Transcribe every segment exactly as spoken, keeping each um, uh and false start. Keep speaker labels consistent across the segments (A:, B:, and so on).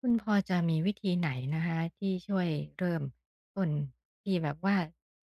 A: คุณพอจะมีวิธีไหนนะคะที่ช่วยเริ่มต้นที่แบบว่า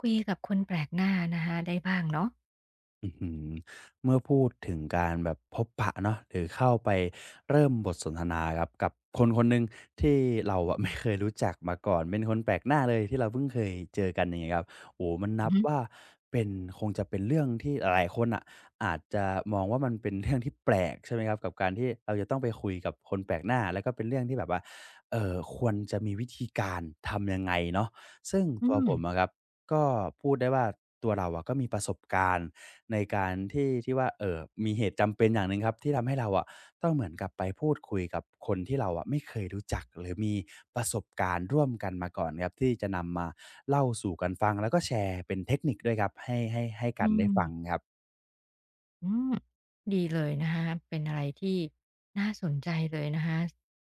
A: คุยกับคนแปลกหน้านะคะได้บ้างเนาะ
B: อื้อหือเมื่อพูดถึงการแบบพบปะเนาะหรือเข้าไปเริ่มบทสนทนาครับกับคนคนหนึ่งที่เราอะ ไม่เคยรู้จักมาก่อนเป็นคนแปลกหน้าเลยที่เราเพิ่งเคยเจอกันอย่างเงี้ยครับโอ้โมัน
A: อื
B: นั
A: อ
B: บ
A: ฮึ
B: ว่าเป็นคงจะเป็นเรื่องที่หลายคนอ่ะอาจจะมองว่ามันเป็นเรื่องที่แปลกใช่ไหมครับกับการที่เราจะต้องไปคุยกับคนแปลกหน้าแล้วก็เป็นเรื่องที่แบบว่าเออควรจะมีวิธีการทำยังไงเนาะ ซึ่ง
A: อื
B: ตัว
A: ม
B: ผมอะครับก็พูดได้ว่าตัวเราอะก็มีประสบการณ์ในการที่ที่ว่าเออมีเหตุจำเป็นอย่างหนึ่งครับที่ทำให้เราอะต้องเหมือนกับไปพูดคุยกับคนที่เราอะไม่เคยรู้จักหรือมีประสบการณ์ร่วมกันมาก่อนครับที่จะนำมาเล่าสู่กันฟังแล้วก็แชร์เป็นเทคนิคด้วยครับให้ให้ให้
A: อื
B: กันได้ฟังค
A: ม
B: รับ
A: อืมดีเลยนะคะเป็นอะไรที่น่าสนใจเลยนะคะ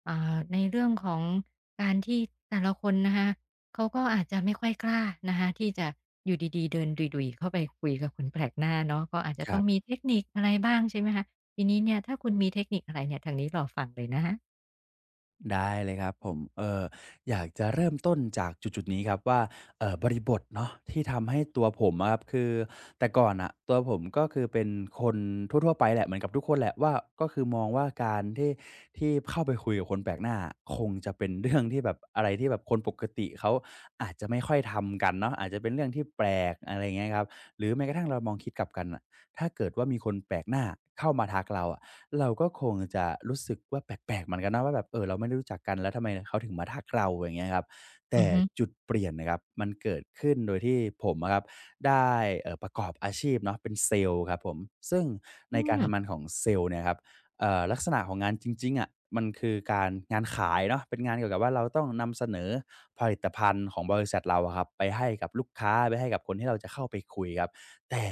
A: อ่าในเรื่องของการที่แต่ละคนนะคะเขาก็อาจจะไม่ค่อยกล้านะคะที่จะอยู่ดีๆเดินดุยๆเข้าไปคุยกับคนแปลกหน้าเนาะก็อาจจะ
B: ค
A: ต้
B: รั
A: องมี
B: บ
A: เทคนิคอะไรบ้างใช่ไหมคะทีนี้เนี่ยถ้าคุณมีเทคนิคอะไรเนี่ยทางนี้รอฟังเลยนะคะ
B: ได้เลยครับผมเอออยากจะเริ่มต้นจากจุดๆนี้ครับว่าเออบริบทเนาะที่ทำให้ตัวผมอะครับคือแต่ก่อนนะตัวผมก็คือเป็นคนทั่วๆไปแหละเหมือนกับทุกคนแหละว่าก็คือมองว่าการที่ที่เข้าไปคุยกับคนแปลกหน้าคงจะเป็นเรื่องที่แบบอะไรที่แบบคนปกติเขาอาจจะไม่ค่อยทำกันเนาะอาจจะเป็นเรื่องที่แปลกอะไรเงี้ยครับหรือแม้กระทั่งเรามองคิดกลับกันอะถ้าเกิดว่ามีคนแปลกหน้าเข้ามาทักเราอะ เราก็คงจะรู้สึกว่าแปลกๆเหมือนกันนะว่าแบบเออเราไม่ได้รู้จักกันแล้วทำไมเขาถึงมาทักเราอย่างเงี้ยครับ
A: อื
B: แต่
A: อฮึ
B: จุดเปลี่ยนนะครับมันเกิดขึ้นโดยที่ผมอะครับได้เอ่อประกอบอาชีพเนาะเป็นเซลส์ครับผมซึ่งใน
A: อื
B: การ
A: ม
B: ทำงานของเซลส์เนี่ยครับเอ่อลักษณะของงานจริงๆอะมันคือการงานขายเนาะเป็นงานเกี่ยวกับว่าเราต้องนำเสนอผลิตภัณฑ์ของบริษัทเราอะครับไปให้กับลูกค้าไปให้กับคนที่เราจะเข้าไปคุยครับแต่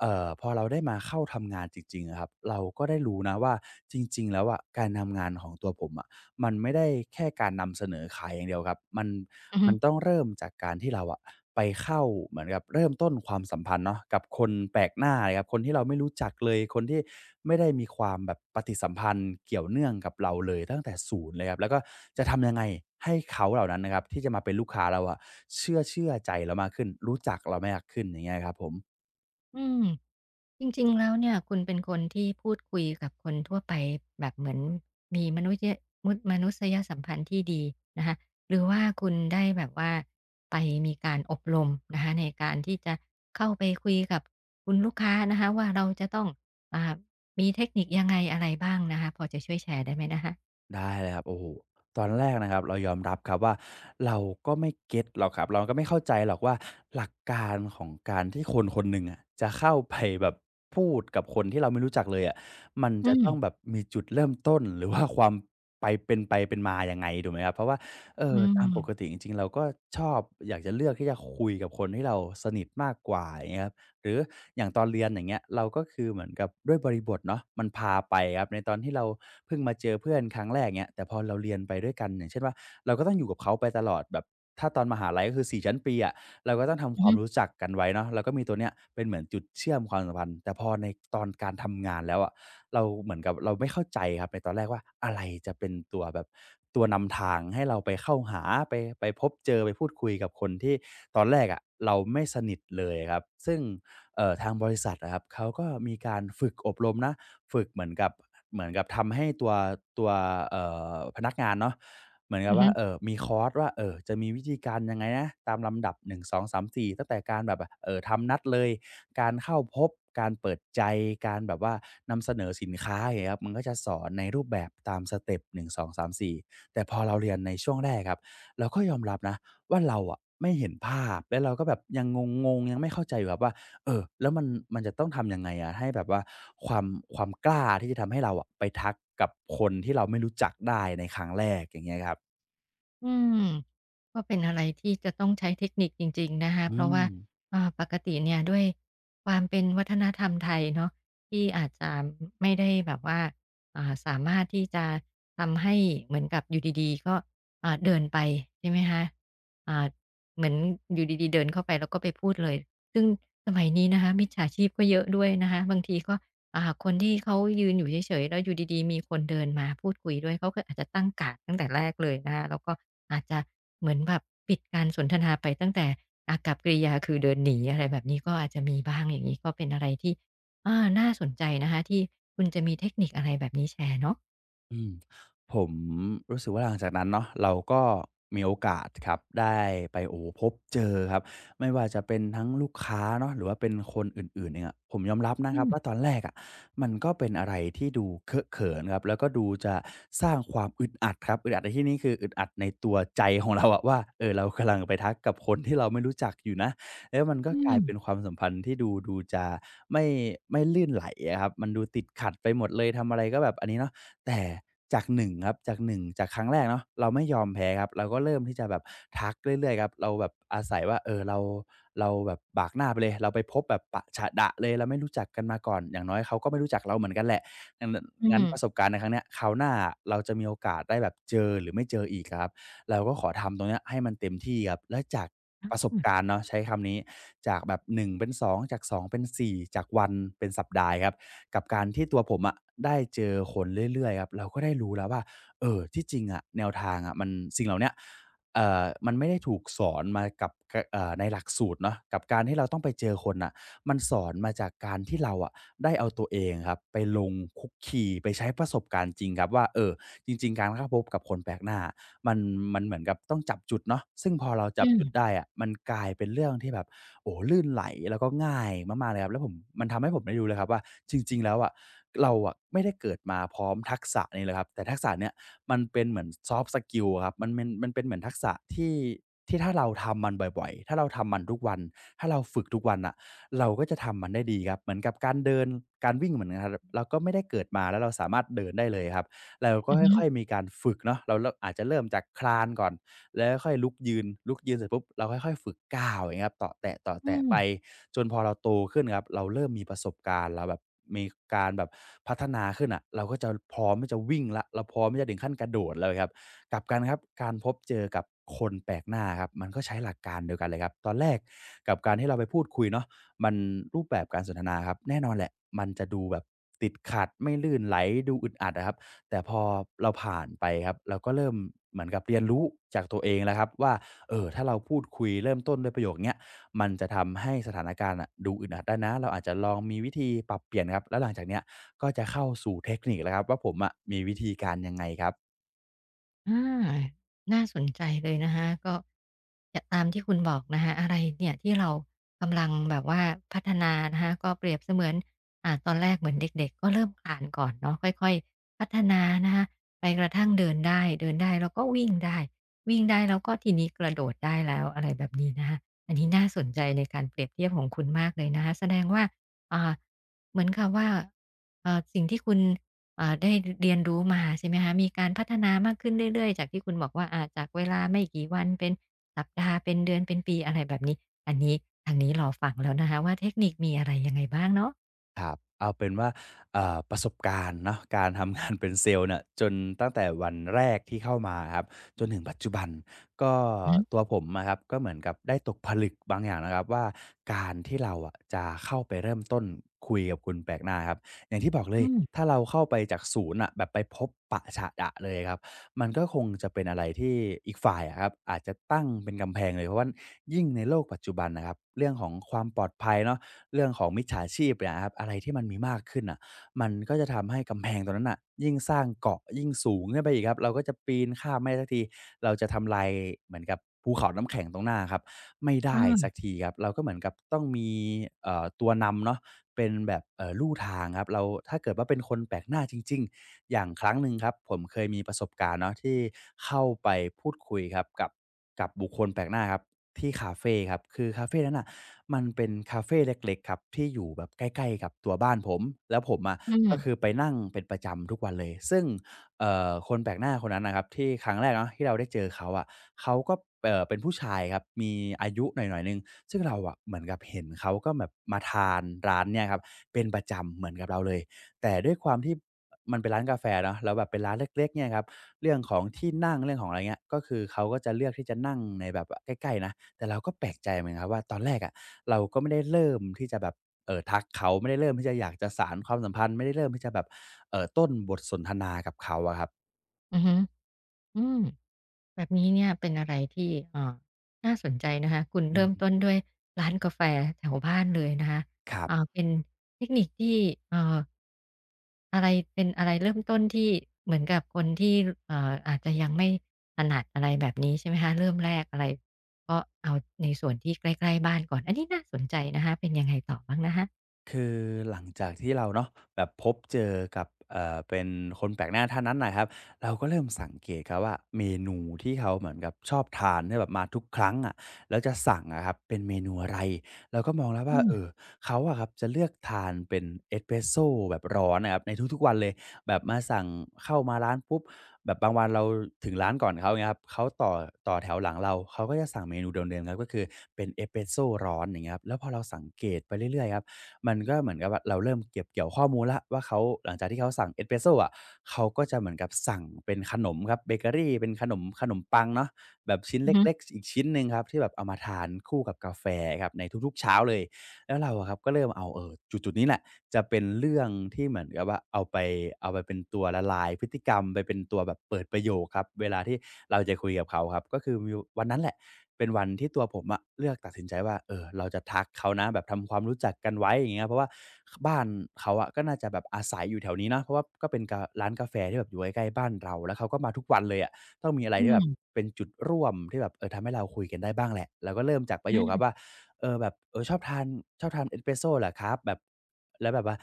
B: เอ่อพอเราได้มาเข้าทำงานจริงๆอะครับเราก็ได้รู้นะว่าจริงๆแล้วอะการทำงานของตัวผมอะมันไม่ได้แค่การนำเสนอขายอย่างเดียวครับมัน
A: อือฮึ
B: มันต้องเริ่มจากการที่เราอะไปเข้าเหมือนกับเริ่มต้นความสัมพันธ์เนาะกับคนแปลกหน้าเลยครับคนที่เราไม่รู้จักเลยคนที่ไม่ได้มีความแบบปฏิสัมพันธ์เกี่ยวเนื่องกับเราเลยตั้งแต่ศูนย์เลยครับแล้วก็จะทำยังไงให้เขาเหล่านั้นนะครับที่จะมาเป็นลูกค้าเราอะเชื่อเชื่อใจเรามากขึ้นรู้จักเรามากขึ้นอย่างเงี้ยครับผม
A: อืมจริงๆแล้วเนี่ยคุณเป็นคนที่พูดคุยกับคนทั่วไปแบบเหมือนมีมนุษยมุดมนุษยสัมพันธ์ที่ดีนะคะหรือว่าคุณได้แบบว่าไปมีการอบรมนะคะในการที่จะเข้าไปคุยกับคุณลูกค้านะคะว่าเราจะต้องอ่ามีเทคนิคยังไงอะไรบ้างนะคะพอจะช่วยแชร์ได้ไหมนะคะ
B: ได้เลยครับโอ้โหตอนแรกนะครับเรายอมรับครับว่าเราก็ไม่เก็ตหรอกครับเราก็ไม่เข้าใจหรอกว่าหลักการของการที่คนคนหนึ่งอะจะเข้าไปแบบพูดกับคนที่เราไม่รู้จักเลยอะมัน
A: อื
B: จะต้องแบบ
A: ม
B: มีจุดเริ่มต้นหรือว่าความไปเป็นไปเป็นมายังไงถูกไหมครับเพราะว่าเอ่
A: อื
B: อ
A: ม
B: ตามปกติจริงๆเราก็ชอบอยากจะเลือกที่จะคุยกับคนที่เราสนิทมากกว่าอย่างเงี้ยครับ หรืออย่างตอนเรียนอย่างเงี้ยเราก็คือเหมือนกับด้วยบริบทเนาะมันพาไปครับในตอนที่เราเพิ่งมาเจอเพื่อนครั้งแรกเงี้ยแต่พอเราเรียนไปด้วยกันอย่างเช่นว่าเราก็ต้องอยู่กับเขาไปตลอดแบบถ้าตอนมหาลัยก็คือสี่ชั้นปีอะเราก็ต้องทำ
A: อื
B: ค
A: อ
B: วาม
A: ฮึ
B: รู้จักกันไว้เนาะเราก็มีตัวเนี้ยเป็นเหมือนจุดเชื่อมความสัมพันธ์แต่พอในตอนการทำงานแล้วอะเราเหมือนกับเราไม่เข้าใจครับในตอนแรกว่าอะไรจะเป็นตัวแบบตัวนำทางให้เราไปเข้าหาไปไปพบเจอไปพูดคุยกับคนที่ตอนแรกอะเราไม่สนิทเลยครับซึ่ง เอ่อทางบริษัทนะครับเขาก็มีการฝึกอบรมนะฝึกเหมือนกับเหมือนกับทำให้ตัวตัวเอ่อพนักงานเนาะเหมือนกั
A: อื
B: บ
A: อฮึ
B: ว่าเออมีคอร์สว่าเออจะมีวิธีการยังไงนะตามลำดับหนึ่ง สอง สาม สี่ตั้งแต่การแบบเออทำนัดเลยการเข้าพบการเปิดใจการแบบว่านำเสนอสินค้าอย่างเงี้ยครับมันก็จะสอนในรูปแบบตามสเต็ปหนึ่ง สอง สาม สี่แต่พอเราเรียนในช่วงแรกครับเราก็ยอมรับนะว่าเราอะไม่เห็นภาพแล้วเราก็แบบยังงงๆยังไม่เข้าใจอยู่ครับว่า เออแล้วมันมันจะต้องทำยังไงอะให้แบบว่าความความกล้าที่จะทำให้เราอะไปทักกับคนที่เราไม่รู้จักได้ในครั้งแรกอย่างเงี้ยครับ
A: อืมก็เป็นอะไรที่จะต้องใช้เทคนิคจริงๆนะคะเพ
B: อื
A: ราะว่า
B: ม
A: อ่าปกติเนี่ยด้วยความเป็นวัฒนธรรมไทยเนาะที่อาจจะไม่ได้แบบว่าอ่าสามารถที่จะทำให้เหมือนกับอยู่ดีๆก็อ่าเดินไปใช่ไหมคะอ่าเหมือนอยู่ดีๆเดินเข้าไปแล้วก็ไปพูดเลยซึ่งสมัยนี้นะคะมิจฉาชีพก็เยอะด้วยนะคะบางทีก็ อ่าคนที่เขายืนอยู่เฉยๆแล้วอยู่ดีๆมีคนเดินมาพูดคุยด้วยเขาก็อาจจะตั้งการ์ดตั้งแต่แรกเลยนะคะแล้วก็อาจจะเหมือนแบบปิดการสนทนาไปตั้งแต่อากัปกิริยาคือเดินหนีอะไรแบบนี้ก็อาจจะมีบ้างอย่างงี้ก็เป็นอะไรที่อาน่าสนใจนะคะที่คุณจะมีเทคนิคอะไรแบบนี้แชร์เนาะ
B: อืมผมรู้สึกว่าหลังจากนั้นเนาะเราก็มีโอกาสครับได้ไปโอ้โฮพบเจอครับไม่ว่าจะเป็นทั้งลูกค้าเนาะหรือว่าเป็นคนอื่นๆเองอะผมยอมรับนะ
A: อื
B: ครับ
A: ม
B: ว่าตอนแรกอะมันก็เป็นอะไรที่ดูเคอะเขินครับแล้วก็ดูจะสร้างความอึดอัดครับอึดอัดในที่นี้คืออึดอัดในตัวใจของเราอะว่าเออเรากำลังไปทักกับคนที่เราไม่รู้จักอยู่นะแล้วมันก็
A: อื
B: กลาย
A: ม
B: เป็นความสัมพันธ์ที่ดูดูจะไม่ไม่ลื่นไหลอะครับมันดูติดขัดไปหมดเลยทำอะไรก็แบบอันนี้เนาะ แต่จากหนึ่งครับจากหนึ่งจากครั้งแรกเนาะเราไม่ยอมแพ้ครับเราก็เริ่มที่จะแบบทักเรื่อยๆครับเราแบบอาศัยว่าเออเราเราแบบบากหน้าไปเลยเราไปพบแบบปะฉะดะเลยเราไม่รู้จักกันมาก่อนอย่างน้อยเขาก็ไม่รู้จักเราเหมือนกันแหละงั้น
A: อื
B: งั้
A: ม
B: นประสบการณ์ในครั้งเนี้ยคราวหน้าเราจะมีโอกาสได้แบบเจอหรือไม่เจออีกอะครับ เราก็ขอทำตรงเนี้ยให้มันเต็มที่ครับแล้วจากประสบการณ์เนาะใช้คำนี้จากแบบหนึ่งเป็นสองจากสองเป็นสี่จากวันเป็นสัปดาห์ครับกับการที่ตัวผมอะได้เจอคนเรื่อยๆครับเราก็ได้รู้แล้วว่าเอ่อที่จริงอะแนวทางอะมันสิ่งเหล่าเนี้ยเอ่อมันไม่ได้ถูกสอนมากับกเอ่อในหลักสูตรเนาะกับการที่เราต้องไปเจอคนน่ะมันสอนมาจากการที่เราอะได้เอาตัวเองครับไปลงคลุกคลีไปใช้ประสบการณ์จริงครับว่าเอ่อจริงๆการเข้าพบกับคนแปลกหน้า มันมันเหมือนกับต้องจับจุดเนาะซึ่งพอเราจั
A: อื
B: บจุดได้
A: ม
B: อะมันกลายเป็นเรื่องที่แบบโอ้โฮลื่นไหลแล้วก็ง่ายมากๆเลยครับแล้วผมมันทำให้ผมได้รู้เลยครับว่าจริงๆแล้วอะเราอะไม่ได้เกิดมาพร้อมทักษะนี้เลยครับแต่ทักษะเนี้ยมันเป็นเหมือน soft skill อะครับมันเป็นมันเป็นเหมือนทักษะที่ที่ถ้าเราทำมันบ่อยๆถ้าเราทำมันทุกวันถ้าเราฝึกทุกวันน่ะเราก็จะทำมันได้ดีครับเหมือนกับการเดินการวิ่งเหมือนกันครับเราก็ไม่ได้เกิดมาแล้วเราสามารถเดินได้เลยครับ เราก็
A: อือฮึ
B: ค่อยๆมีการฝึกเนาะเราเราอาจจะเริ่มจากคลานก่อนแล้วค่อยลุกยืนลุกยืนเสร็จปุ๊บเราค่อยๆฝึกก้าวอย่างเงี้ยครับเตาะแ
A: อื
B: ตะ
A: ม
B: ๆไปจนพอเราโตขึ้นครับเราเริ่มมีประสบการณ์เราแบบมีการแบบพัฒนาขึ้นอะเราก็จะพร้อมที่จะวิ่งแล้วเราพร้อมที่จะถึงขั้นกระโดดแล้วครับกลับกันครับการพบเจอกับคนแปลกหน้าครับมันก็ใช้หลักการเดียวกันเลยครับตอนแรกกับการที่เราไปพูดคุยเนาะมันรูปแบบการสนทนาครับแน่นอนแหละมันจะดูแบบติดขัดไม่ลื่นไหลดูอึดอัดอะครับ แต่พอเราผ่านไปครับเราก็เริ่มเหมือนกับเรียนรู้จากตัวเองแล้วครับว่าเออถ้าเราพูดคุยเริ่มต้นด้วยประโยคเนี้ยมันจะทำให้สถานการณ์อะดูอึดอัดได้นะเราอาจจะลองมีวิธีปรับเปลี่ยนครับแล้วหลังจากเนี้ยก็จะเข้าสู่เทคนิคแล้วครับว่าผมอะมีวิธีการยังไงครับ
A: อาน่าสนใจเลยนะคะก็จะตามที่คุณบอกนะคะอะไรเนี่ยที่เรากำลังแบบว่าพัฒนานะคะก็เปรียบเสมือนอ่าตอนแรกเหมือนเด็กๆก็เริ่มคลานก่อนเนาะค่อยๆพัฒนานะคะไปกระทั่งเดินได้เดินได้แล้วก็วิ่งได้วิ่งได้แล้วก็ทีนี้กระโดดได้แล้วอะไรแบบนี้นะคะอันนี้น่าสนใจในการเปรียบเทียบของคุณมากเลยนะคะแสดงว่าอ่าเหมือนกับว่าเอ่อสิ่งที่คุณ อ่าได้เรียนรู้มาใช่ไหมคะมีการพัฒนามากขึ้นเรื่อยๆจากที่คุณบอกว่าอ่าจากเวลาไม่กี่วันเป็นสัปดาห์เป็นเดือนเป็นปีอะไรแบบนี้อันนี้ทางนี้รอฟังแล้วนะคะว่าเทคนิคมีอะไรยังไงบ้างเนาะ
B: ครับเอาเป็นว่าเอ่าประสบการณ์เนาะการทำงาน เป็นเซลล์เนี่ยจนตั้งแต่วันแรกที่เข้ามาครับจนถึงปัจจุบันก็
A: อือฮึ
B: ตัวผมอะครับก็เหมือนกับได้ตกผลึกบางอย่างนะครับว่าการที่เราอะจะเข้าไปเริ่มต้นคุยกับคณแปลกหน้าครับอย่างที่บอกเล
A: อื
B: ย
A: ม
B: ถ้าเราเข้าไปจากศูนย์อ่ะแบบไปพบปะฉะดะเลยครับมันก็คงจะเป็นอะไรที่อีกฝ่ายอะครับอาจจะตั้งเป็นกำแพงเลยเพราะว่า ยิ่งในโลกปัจจุบันนะครับเรื่องของความปลอดภัยเนาะเรื่องของมิจฉาชีพเนี่ยนะครับอะไรที่มันมีมากขึ้นน่ะมันก็จะทำให้กำแพงตรงนั้นน่ะยิ่งสร้างเกราะยิ่งสูงขึ้นไปอีกครับเราก็จะปีนข้ามไม่ได้สักทีเราจะทำลายเหมือนกับภูเขาน้ำแข็งตรงหน้าครับไม่
A: อื
B: ได้สัก
A: ม
B: ทีครับเราก็เหมือนกับต้องมีเอ่อตัวนำเนาะ เป็นแบบเอ่อลู่ทางครับเราถ้าเกิดว่าเป็นคนแปลกหน้าจริงๆอย่างครั้งหนึ่งครับผมเคยมีประสบการณ์เนาะที่เข้าไปพูดคุยครับกับกับบุคคลแปลกหน้าครับที่คาเฟครับคือคาเฟนั้นน่ะมันเป็นคาเฟเล็กๆครับที่อยู่แบบใกล้ๆกับตัวบ้านผมแล้วผมอะ
A: อื
B: ก็คือ
A: ม
B: ไปนั่งเป็นประจำทุกวันเลยซึ่ง เอ่อคนแปลกหน้าคนนั้นน่ะครับที่ครั้งแรกเนาะที่เราได้เจอเขาอะเขาก็เอ่อเป็นผู้ชายครับมีอายุหน่อยๆหนึ่งซึ่งเราอะเหมือนกับเห็นเขาก็แบบมาทานร้านเนี่ยครับเป็นประจำเหมือนกับเราเลยแต่ด้วยความที่มันเป็นร้านกาแฟเนาะแล้วแบบเป็นร้านเล็กๆเนี่ยครับเรื่องของที่นั่งเรื่องของอะไรเงี้ยก็คือเขาก็จะเลือกที่จะนั่งในแบบใกล้ๆนะแต่เราก็แปลกใจเหมือนกันครับว่าตอนแรกอะเราก็ไม่ได้เริ่มที่จะแบบเอ่อทักเขาไม่ได้เริ่มที่จะอยากจะสานความสัมพันธ์ไม่ได้เริ่มที่จะแบบ เอ่อต้นบทสนทนากับเขาอะครับ
A: อือฮึอืม แบบนี้เนี่ยเป็นอะไรที่เอ่อน่าสนใจนะคะคุณเริ่
B: อื
A: ม
B: ม
A: ต้นด้วยร้านกาแฟแถวบ้านเลยนะคะ
B: ครั
A: อ่า
B: บ
A: เป็นเทคนิคที่เอ่ออะไรเป็นอะไรเริ่มต้นที่เหมือนกับคนที่เอ่ออาจจะยังไม่ถนัดอะไรแบบนี้ใช่ไหมคะเริ่มแรกอะไรก็เอาในส่วนที่ใกล้ๆบ้านก่อนอันนี้น่าสนใจนะคะเป็นยังไงต่อบ้างนะคะ
B: คือหลังจากที่เราเนาะแบบพบเจอกับเอ่อเป็นคนแปลกหน้าท่านนั้นน่ะครับเราก็เริ่มสังเกตครับว่าเมนูที่เขาเหมือนกับชอบทานเนี่ยแบบมาทุกครั้งอะะแล้วจะสั่งอะครับเป็นเมนูอะไรเราก็มองแล้ว
A: อื
B: ว่า
A: ม
B: เออเขาอะครับจะเลือกทานเป็นเอสเปรสโซแบบร้อนนะครับในทุกๆวันเลยแบบมาสั่งเข้ามาร้านปุ๊บแบบบางวันเราถึงร้านก่อนเขางเงี้ยครับเขาต่อต่อแถวหลังเราเขาก็จะสั่งเมนูเดิมๆครับก็คือเป็นเอสเปรสโซร้อนอย่างเงี้ยครับแล้วพอเราสังเกตไปเรื่อยๆครับ มันก็เหมือนกับว่าเราเริ่มเก็บเกี่ยวข้อมูลละว่าเขาหลังจากที่เขาสั่งเอสเปรสโซอะเขาก็จะเหมือนกับสั่งเป็นขนมครับเบเกอรีเป็นขนมขนมปังเนาะแบบชิ้น
A: อืมอ
B: เล็ก
A: ฮึ
B: ๆอีกชิ้นหนึ่งครับที่แบบเอามาทานคู่กับกาแฟครับในทุกๆเช้าเลย แล้วเราอะครับก็เริ่มเอาเออจุดๆนี้แหละจะเป็นเรื่องที่เหมือนกับว่าเอาไปเอาไปเป็นตัวละลายพฤติกรรมไปเป็นตัวแบบเปิดประโยคครับเวลาที่เราจะคุยกับเขาครับก็คือมีวันนั้นแหละเป็นวันที่ตัวผมอะเลือกตัดสินใจว่าเออเราจะทักเขานะแบบทำความรู้จักกันไว้อย่างเงี้ยเพราะว่าคบ้านเขาอะก็น่าจะแบบอาศัยอยู่แถวนี้เนาะเพราะว่าก็เป็นการ้านกาแฟที่แบบอยู่ใกล้ๆบ้านเราแล้วเขาก็มาทุกวันเลยอะต้องมีอะไร
A: อื
B: ที่แบบ
A: ม
B: เป็นจุดร่วมที่แบบเออทำให้เราคุยกันได้บ้างแหละเราก็เริ่มจากประโยคครับ
A: อ
B: ว่า เออแบบเออชอบทานชอบทานเอสเปรสโซเหรอครับแบบแล้วแบบว่า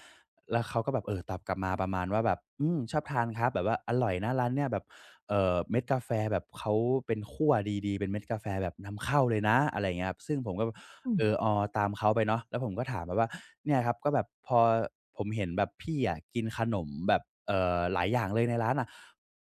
B: แล้วเขาก็แบบเออตอบกลับมาประมาณว่าแบบอืมชอบทานครับแบบว่าอร่อยนะร้านเนี้ยแบบเออเม็ดกาแฟแบบเขาเป็นคั่วดีๆเป็นเม็ดกาแฟแบบนำเข้าเลยนะอะไรงเงี้ยครับซึ่งผมก็
A: ื
B: เอ
A: ม
B: อออตามเขาไปเนาะแล้วผมก็ถามไปว่าเนี่ยครับก็แบบพอผมเห็นแบบพี่อะกินขนมแบบเออหลายอย่างเลยในร้านอะ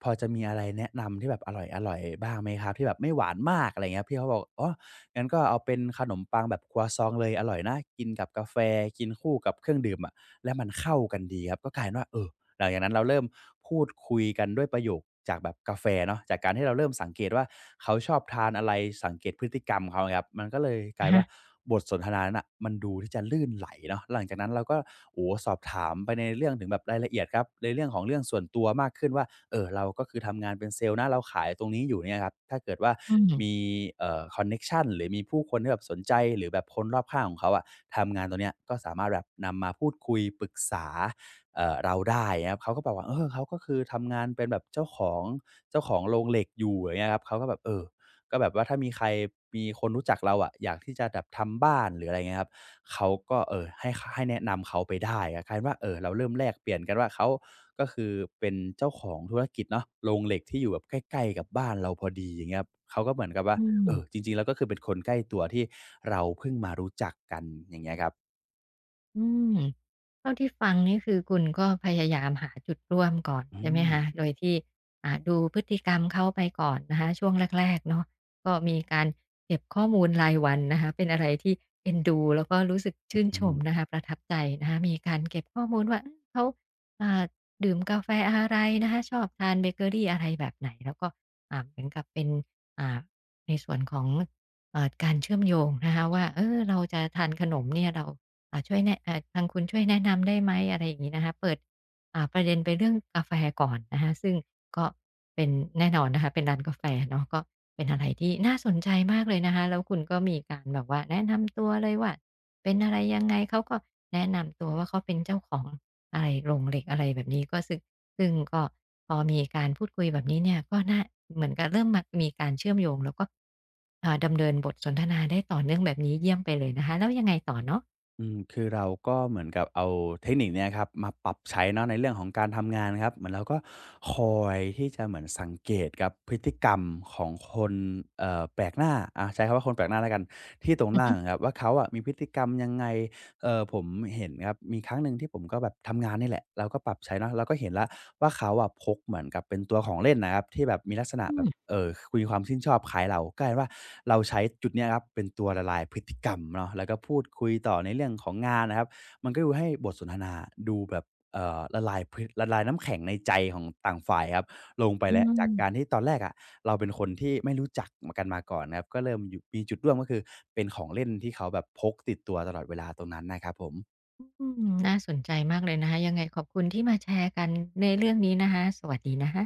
B: พอจะมีอะไรแนะนำที่แบบอร่อยอร่อยบ้างไหมครับที่แบบไม่หวานมากอะไรเงี้ยพี่เขาบอกอ๋อ งั้นก็เอาเป็นขนมปังแบบครัวซองเลยอร่อยนะกินกับกาแฟกินคู่กับเครื่องดื่มอะแล้วมันเข้ากันดีครับก็กลายเป็นว่าเออ หลังจากนั้นเราเริ่มพูดคุยกันด้วยประโยคจากแบบกาแฟเนาะจากการที่เราเริ่มสังเกตว่าเขาชอบทานอะไรสังเกตพฤติกรรมเขาครับมันก็เลยกลายว่า
A: อา
B: บทสนทนานั้นน่ะมันดูที่จะลื่นไหลเนาะหลังจากนั้นเราก็โอ้โฮสอบถามไปในเรื่องถึงแบบรายละเอียดครับในเรื่องของเรื่องส่วนตัวมากขึ้นว่าเอ่อเราก็คือทำงานเป็นเซลส์นะเราขายตรงนี้อยู่เนี่ยครับถ้าเกิดว่า
A: อืม
B: มีเอ่อคอนเน็กชันหรือมีผู้คนที่แบบสนใจหรือแบบคนรอบข้างของเขาอะทำงานตรงเนี้ยก็สามารถแบบนำมาพูดคุยปรึกษา เอ่อเราได้นะครับเขาก็บอกว่าเออเขาก็คือทำงานเป็นแบบเจ้าของเจ้าของโรงเหล็กอยู่อย่างเงี้ยครับเขาก็แบบเออก็แบบว่าถ้ามีใครมีคนรู้จักเราอะอยากที่จะแบบทำบ้านหรืออะไรเงี้ยครับเขาก็เออให้คให้แนะนำเขาไปได้อะกลายเป็นว่าเออเราเริ่มแลกเปลี่ยนกันว่าเขาก็คือเป็นเจ้าของธุรกิจเนาะโรงเหล็กที่อยู่แบบใกล้ๆกับบ้านเราพอดีอย่างเงี้ยครับเขาก็เหมือนกับว่า
A: อืม
B: เออจริงๆแล้วก็คือเป็นคนใกล้ตัวที่เราเพิ่งมารู้จักกันอย่างเงี้ยครับ
A: อืมเท่าที่ฟังนี่คือคุณก็พยายามหาจุดร่วมก่อน
B: อื
A: ใช่ไหม
B: ม
A: คะโดยที่อ่าดูพฤติกรรมเขาไปก่อนนะคะช่วงแรกๆเนาะก็มีการเก็บข้อมูลรายวันนะคะเป็นอะไรที่เอ็นดูแล้วก็รู้สึกชื่น
B: อื
A: ชม
B: ม
A: นะคะประทับใจนะคะมีการเก็บข้อมูลว่าอืมเขาอ่าดื่มกาแฟอะไรนะคะชอบทานเบเกอรีอะไรแบบไหนแล้วก็อ่าเหมือนกับเป็นอ่าในส่วนของเอ่อการเชื่อมโยงนะคะว่าเออเราจะทานขนมเนี่ยเรา อ่าช่วยแนะเอ่าทางคุณช่วยแนะนำได้ไหมอะไรอย่างงี้นะคะเปิดอ่าประเด็นไปเรื่องกาแฟก่อนนะคะซึ่งก็เป็นแน่นอนนะคะเป็นร้านกาแฟเนาะก็เป็นอะไรที่น่าสนใจมากเลยนะคะแล้วคุณก็มีการแบบว่าแนะนำตัวเลยว่าเป็นอะไรยังไงเขาก็แนะนำตัวว่าเขาเป็นเจ้าของอะไรโรงเหล็กอะไรแบบนี้ก็ซึ่งซึ่งก็พอมีการพูดคุยแบบนี้เนี่ยก็น่าเหมือนกับเริ่มมามีการเชื่อมโยงแล้วก็อ่าดำเนินบทสนทนาได้ต่อเนื่องแบบนี้เยี่ยมไปเลยนะคะแล้วยังไงต่อเนาะ
B: อืมคือเราก็เหมือนกับเอาเทคนิคเนี้ยครับมาปรับใช้เนาะในเรื่องของการทำงานครับเหมือนเราก็คอยที่จะเหมือนสังเกตครับพฤติกรรมของคนเอ่อแปลกหน้าอาใช้คำว่าคนแปลกหน้าแล้วกันที่ตรงหน้า ครับว่าเขาอะมีพฤติกรรมยังไง เออผมเห็นครับมีครั้งหนึ่งที่ผมก็แบบทำงานนี่แหละเราก็ปรับใช้เนาะเราก็เห็นแล้วว่าเขาอะพกเหมือนกับเป็นตัวของเล่นนะครับที่แบบมีลักษณะ
A: อื
B: แบบ
A: ม
B: เอ่อมีความชื่นชอบคล้ายเรากกลายเป็นว่าเราใช้จุดเนี้ยครับเป็นตัวละลายพฤติกรรมเนาะแล้วก็พูดคุยต่อในเรื่องของงานนะครับมันก็ดูให้บทสนทนาดูแบบ เอ่อละลายพื้นละลายน้ำแข็งในใจของต่างฝ่ายครับลงไป
A: อื
B: แล้วจากการ
A: ม
B: ที่ตอนแรกอะเราเป็นคนที่ไม่รู้จักมากันมาก่อนนะครับก็เริ่มอยู่มีจุดร่วมก็คือเป็นของเล่นที่เขาแบบพกติดตัวตลอดเวลาตรงนั้นน่ะครับผม
A: อืมน่าสนใจมากเลยนะคะยังไงขอบคุณที่มาแชร์กันในเรื่องนี้นะคะสวัสดีนะคะ